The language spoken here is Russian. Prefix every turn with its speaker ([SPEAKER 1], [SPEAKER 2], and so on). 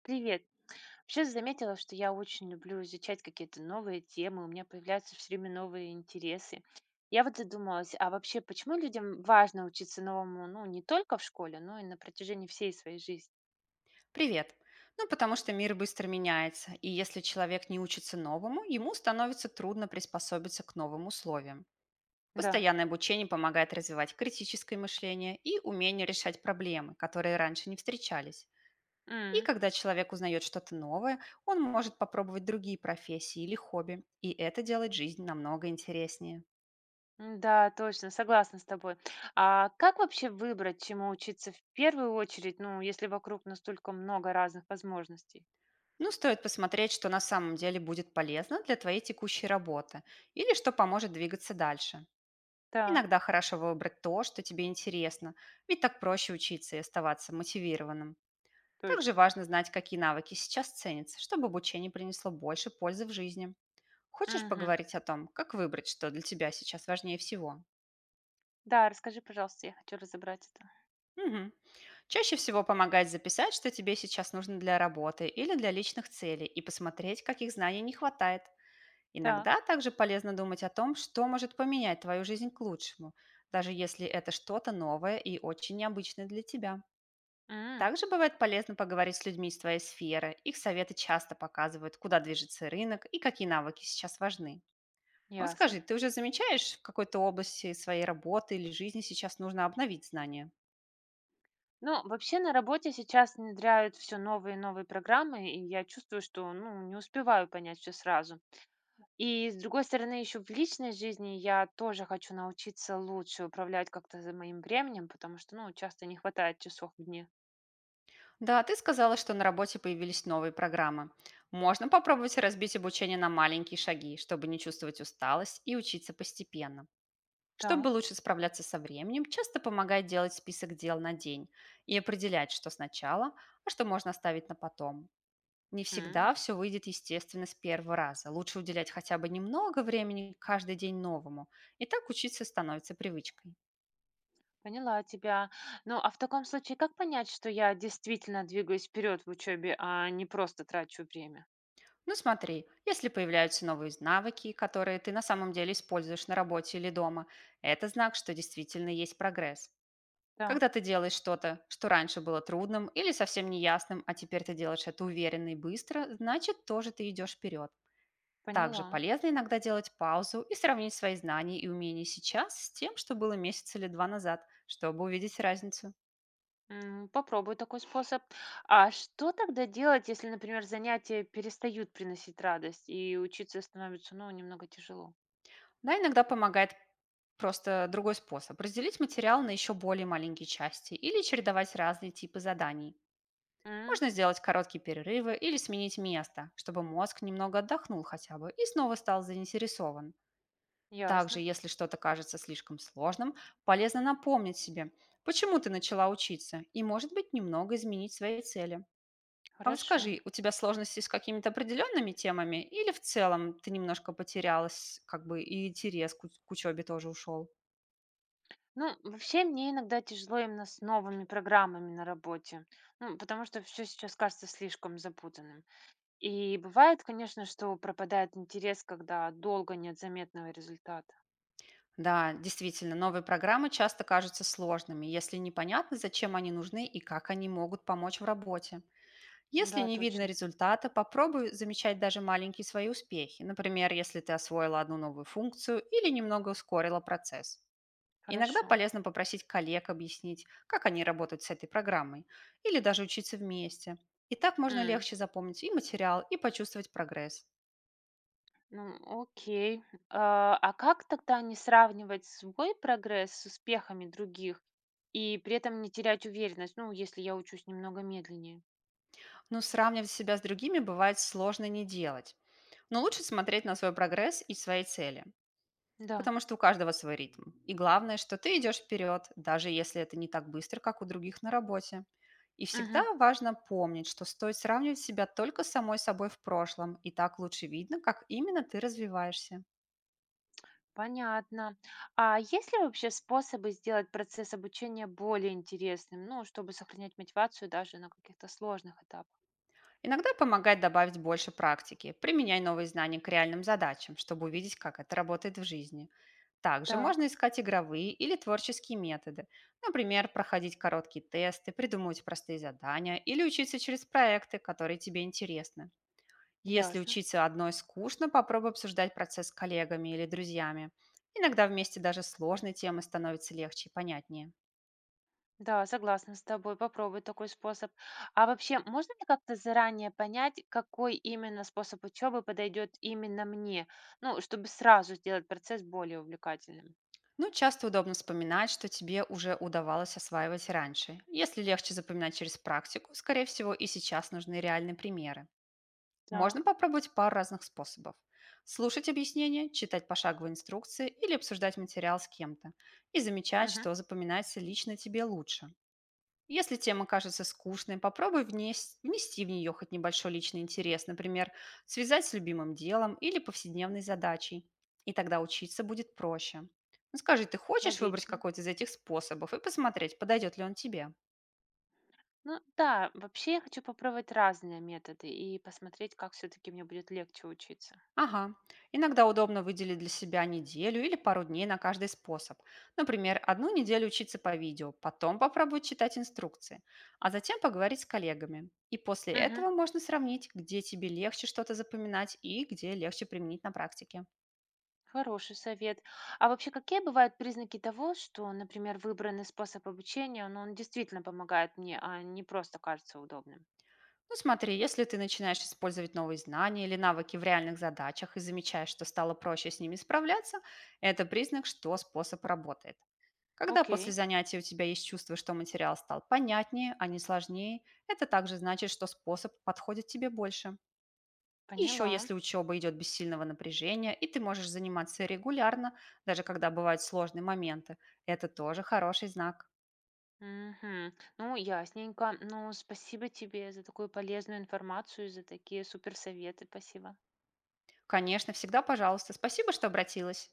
[SPEAKER 1] Привет. Вообще заметила, что я очень люблю изучать какие-то новые темы, у меня появляются все время новые интересы. Я вот задумалась, а вообще почему людям важно учиться новому, ну, не только в школе, но и на протяжении всей своей жизни?
[SPEAKER 2] Привет. Ну, потому что мир быстро меняется, и если человек не учится новому, ему становится трудно приспособиться к новым условиям.
[SPEAKER 1] Да.
[SPEAKER 2] Постоянное обучение помогает развивать критическое мышление и умение решать проблемы, которые раньше не встречались. И
[SPEAKER 1] М,
[SPEAKER 2] когда человек узнает что-то новое, он может попробовать другие профессии или хобби, и это делает жизнь намного интереснее.
[SPEAKER 1] Да, точно, согласна с тобой. А как вообще выбрать, чему учиться в первую очередь, ну, если вокруг настолько много разных возможностей?
[SPEAKER 2] Ну, стоит посмотреть, что на самом деле будет полезно для твоей текущей работы или что поможет двигаться дальше.
[SPEAKER 1] Так,
[SPEAKER 2] Иногда хорошо выбрать то, что тебе интересно, ведь так проще учиться и оставаться мотивированным. Также
[SPEAKER 1] точно.
[SPEAKER 2] важно знать, какие навыки сейчас ценятся, чтобы обучение принесло больше пользы в жизни. Хочешь
[SPEAKER 1] Мгм.
[SPEAKER 2] поговорить о том, как выбрать, что для тебя сейчас важнее всего?
[SPEAKER 1] Да, расскажи, пожалуйста, я хочу разобрать это.
[SPEAKER 2] Мгм. Чаще всего помогает записать, что тебе сейчас нужно для работы или для личных целей, и посмотреть, каких знаний не хватает.
[SPEAKER 1] Так.
[SPEAKER 2] Иногда также полезно думать о том, что может поменять твою жизнь к лучшему, даже если это что-то новое и очень необычное для тебя.
[SPEAKER 1] М,
[SPEAKER 2] Также бывает полезно поговорить с людьми из твоей сферы. Их советы часто показывают, куда движется рынок и какие навыки сейчас важны. Вот
[SPEAKER 1] Ясно.
[SPEAKER 2] скажи, ты уже замечаешь, в какой-то области своей работы или жизни сейчас нужно обновить знания?
[SPEAKER 1] Ну, вообще на работе сейчас внедряют все новые и новые программы, и я чувствую, что, ну, не успеваю понять все сразу. И с другой стороны, еще в личной жизни я тоже хочу научиться лучше управлять как-то за моим временем, потому что, ну, часто не хватает часов в дне.
[SPEAKER 2] Да, ты сказала, что на работе появились новые программы. Можно попробовать разбить обучение на маленькие шаги, чтобы не чувствовать усталость и учиться постепенно. Чтобы
[SPEAKER 1] Так.
[SPEAKER 2] лучше справляться со временем, часто помогает делать список дел на день и определять, что сначала, а что можно оставить на потом. Не
[SPEAKER 1] м,
[SPEAKER 2] всегда все выйдет естественно с первого раза. Лучше уделять хотя бы немного времени каждый день новому. И так учиться становится привычкой.
[SPEAKER 1] Поняла тебя. Ну, а в таком случае, как понять, что я действительно двигаюсь вперед в учебе, а не просто трачу время?
[SPEAKER 2] Ну смотри, если появляются новые навыки, которые ты на самом деле используешь на работе или дома, это знак, что действительно есть прогресс. Когда
[SPEAKER 1] Так,
[SPEAKER 2] ты делаешь что-то, что раньше было трудным или совсем неясным, а теперь ты делаешь это уверенно и быстро, значит, тоже ты идешь вперед. Также
[SPEAKER 1] поняла.
[SPEAKER 2] полезно иногда делать паузу и сравнить свои знания и умения сейчас с тем, что было месяц или два назад, чтобы увидеть разницу.
[SPEAKER 1] Попробую такой способ. А что тогда делать, если, например, занятия перестают приносить радость и учиться становится, ну, немного тяжело?
[SPEAKER 2] Да, иногда помогает просто другой способ – разделить материал на еще более маленькие части или чередовать разные типы заданий.
[SPEAKER 1] М,
[SPEAKER 2] Можно сделать короткие перерывы или сменить место, чтобы мозг немного отдохнул хотя бы и снова стал заинтересован. Также,
[SPEAKER 1] Ясно.
[SPEAKER 2] если что-то кажется слишком сложным, полезно напомнить себе, почему ты начала учиться, и, может быть, немного изменить свои цели. А вот
[SPEAKER 1] Хорошо.
[SPEAKER 2] скажи, у тебя сложности с какими-то определенными темами или в целом ты немножко потерялась, как бы и интерес к, к учебе тоже ушел?
[SPEAKER 1] Ну, вообще мне иногда тяжело именно с новыми программами на работе, ну, потому что все сейчас кажется слишком запутанным. И бывает, конечно, что пропадает интерес, когда долго нет заметного результата.
[SPEAKER 2] Да, действительно, новые программы часто кажутся сложными, если непонятно, зачем они нужны и как они могут помочь в работе. Если
[SPEAKER 1] Да,
[SPEAKER 2] не видно
[SPEAKER 1] точно.
[SPEAKER 2] результата, попробуй замечать даже маленькие свои успехи. Например, если ты освоила одну новую функцию или немного ускорила процесс. Иногда
[SPEAKER 1] Хорошо.
[SPEAKER 2] полезно попросить коллег объяснить, как они работают с этой программой, или даже учиться вместе. И так можно
[SPEAKER 1] М.
[SPEAKER 2] легче запомнить и материал, и почувствовать прогресс.
[SPEAKER 1] Ну, окей. А как тогда не сравнивать свой прогресс с успехами других и при этом не терять уверенность, ну, если я учусь немного медленнее?
[SPEAKER 2] Но сравнивать себя с другими бывает сложно не делать. Но лучше смотреть на свой прогресс и свои цели,
[SPEAKER 1] Да.
[SPEAKER 2] потому что у каждого свой ритм. И главное, что ты идешь вперед, даже если это не так быстро, как у других на работе. И
[SPEAKER 1] Мгм.
[SPEAKER 2] всегда важно помнить, что стоит сравнивать себя только с самой собой в прошлом, и так лучше видно, как именно ты развиваешься.
[SPEAKER 1] Понятно. А есть ли вообще способы сделать процесс обучения более интересным, ну, чтобы сохранять мотивацию даже на каких-то сложных этапах?
[SPEAKER 2] Иногда помогает добавить больше практики. Применяй новые знания к реальным задачам, чтобы увидеть, как это работает в жизни. Также можно
[SPEAKER 1] Так,
[SPEAKER 2] искать игровые или творческие методы. Например, проходить короткие тесты, придумывать простые задания или учиться через проекты, которые тебе интересны. Если
[SPEAKER 1] ясно.
[SPEAKER 2] учиться одной скучно, попробуй обсуждать процесс с коллегами или друзьями. Иногда вместе даже сложные темы становятся легче и понятнее.
[SPEAKER 1] Да, согласна с тобой. Попробуй такой способ. А вообще, можно ли как-то заранее понять, какой именно способ учебы подойдет именно мне? Ну, чтобы сразу сделать процесс более увлекательным.
[SPEAKER 2] Ну, часто удобно вспоминать, что тебе уже удавалось осваивать раньше. Если легче запоминать через практику, скорее всего, и сейчас нужны реальные примеры. Можно
[SPEAKER 1] Так.
[SPEAKER 2] попробовать пару разных способов. Слушать объяснения, читать пошаговые инструкции или обсуждать материал с кем-то. И замечать,
[SPEAKER 1] Мгм,
[SPEAKER 2] что запоминается лично тебе лучше. Если тема кажется скучной, попробуй внести в нее хоть небольшой личный интерес, например, связать с любимым делом или повседневной задачей. И тогда учиться будет проще. Ну, скажи, ты хочешь выбрать
[SPEAKER 1] логично.
[SPEAKER 2] какой-то из этих способов и посмотреть, подойдет ли он тебе?
[SPEAKER 1] Ну да, вообще я хочу попробовать разные методы и посмотреть, как все-таки мне будет легче учиться.
[SPEAKER 2] Ага. Иногда удобно выделить для себя неделю или пару дней на каждый способ. Например, одну неделю учиться по видео, потом попробовать читать инструкции, а затем поговорить с коллегами. И после
[SPEAKER 1] Мгм,
[SPEAKER 2] этого можно сравнить, где тебе легче что-то запоминать и где легче применить на практике.
[SPEAKER 1] хороший совет. А вообще, какие бывают признаки того, что, например, выбранный способ обучения, ну, он действительно помогает мне, а не просто кажется удобным?
[SPEAKER 2] Ну смотри, если ты начинаешь использовать новые знания или навыки в реальных задачах и замечаешь, что стало проще с ними справляться, это признак, что способ работает. Когда после
[SPEAKER 1] Окей.
[SPEAKER 2] занятий у тебя есть чувство, что материал стал понятнее, а не сложнее, это также значит, что способ подходит тебе больше. И еще
[SPEAKER 1] Поняла.
[SPEAKER 2] если учеба идет без сильного напряжения, и ты можешь заниматься регулярно, даже когда бывают сложные моменты, это тоже хороший знак.
[SPEAKER 1] Мгм. Ну, ясненько. Ну, спасибо тебе за такую полезную информацию, и за такие суперсоветы. Спасибо.
[SPEAKER 2] Конечно, всегда пожалуйста. Спасибо, что обратилась.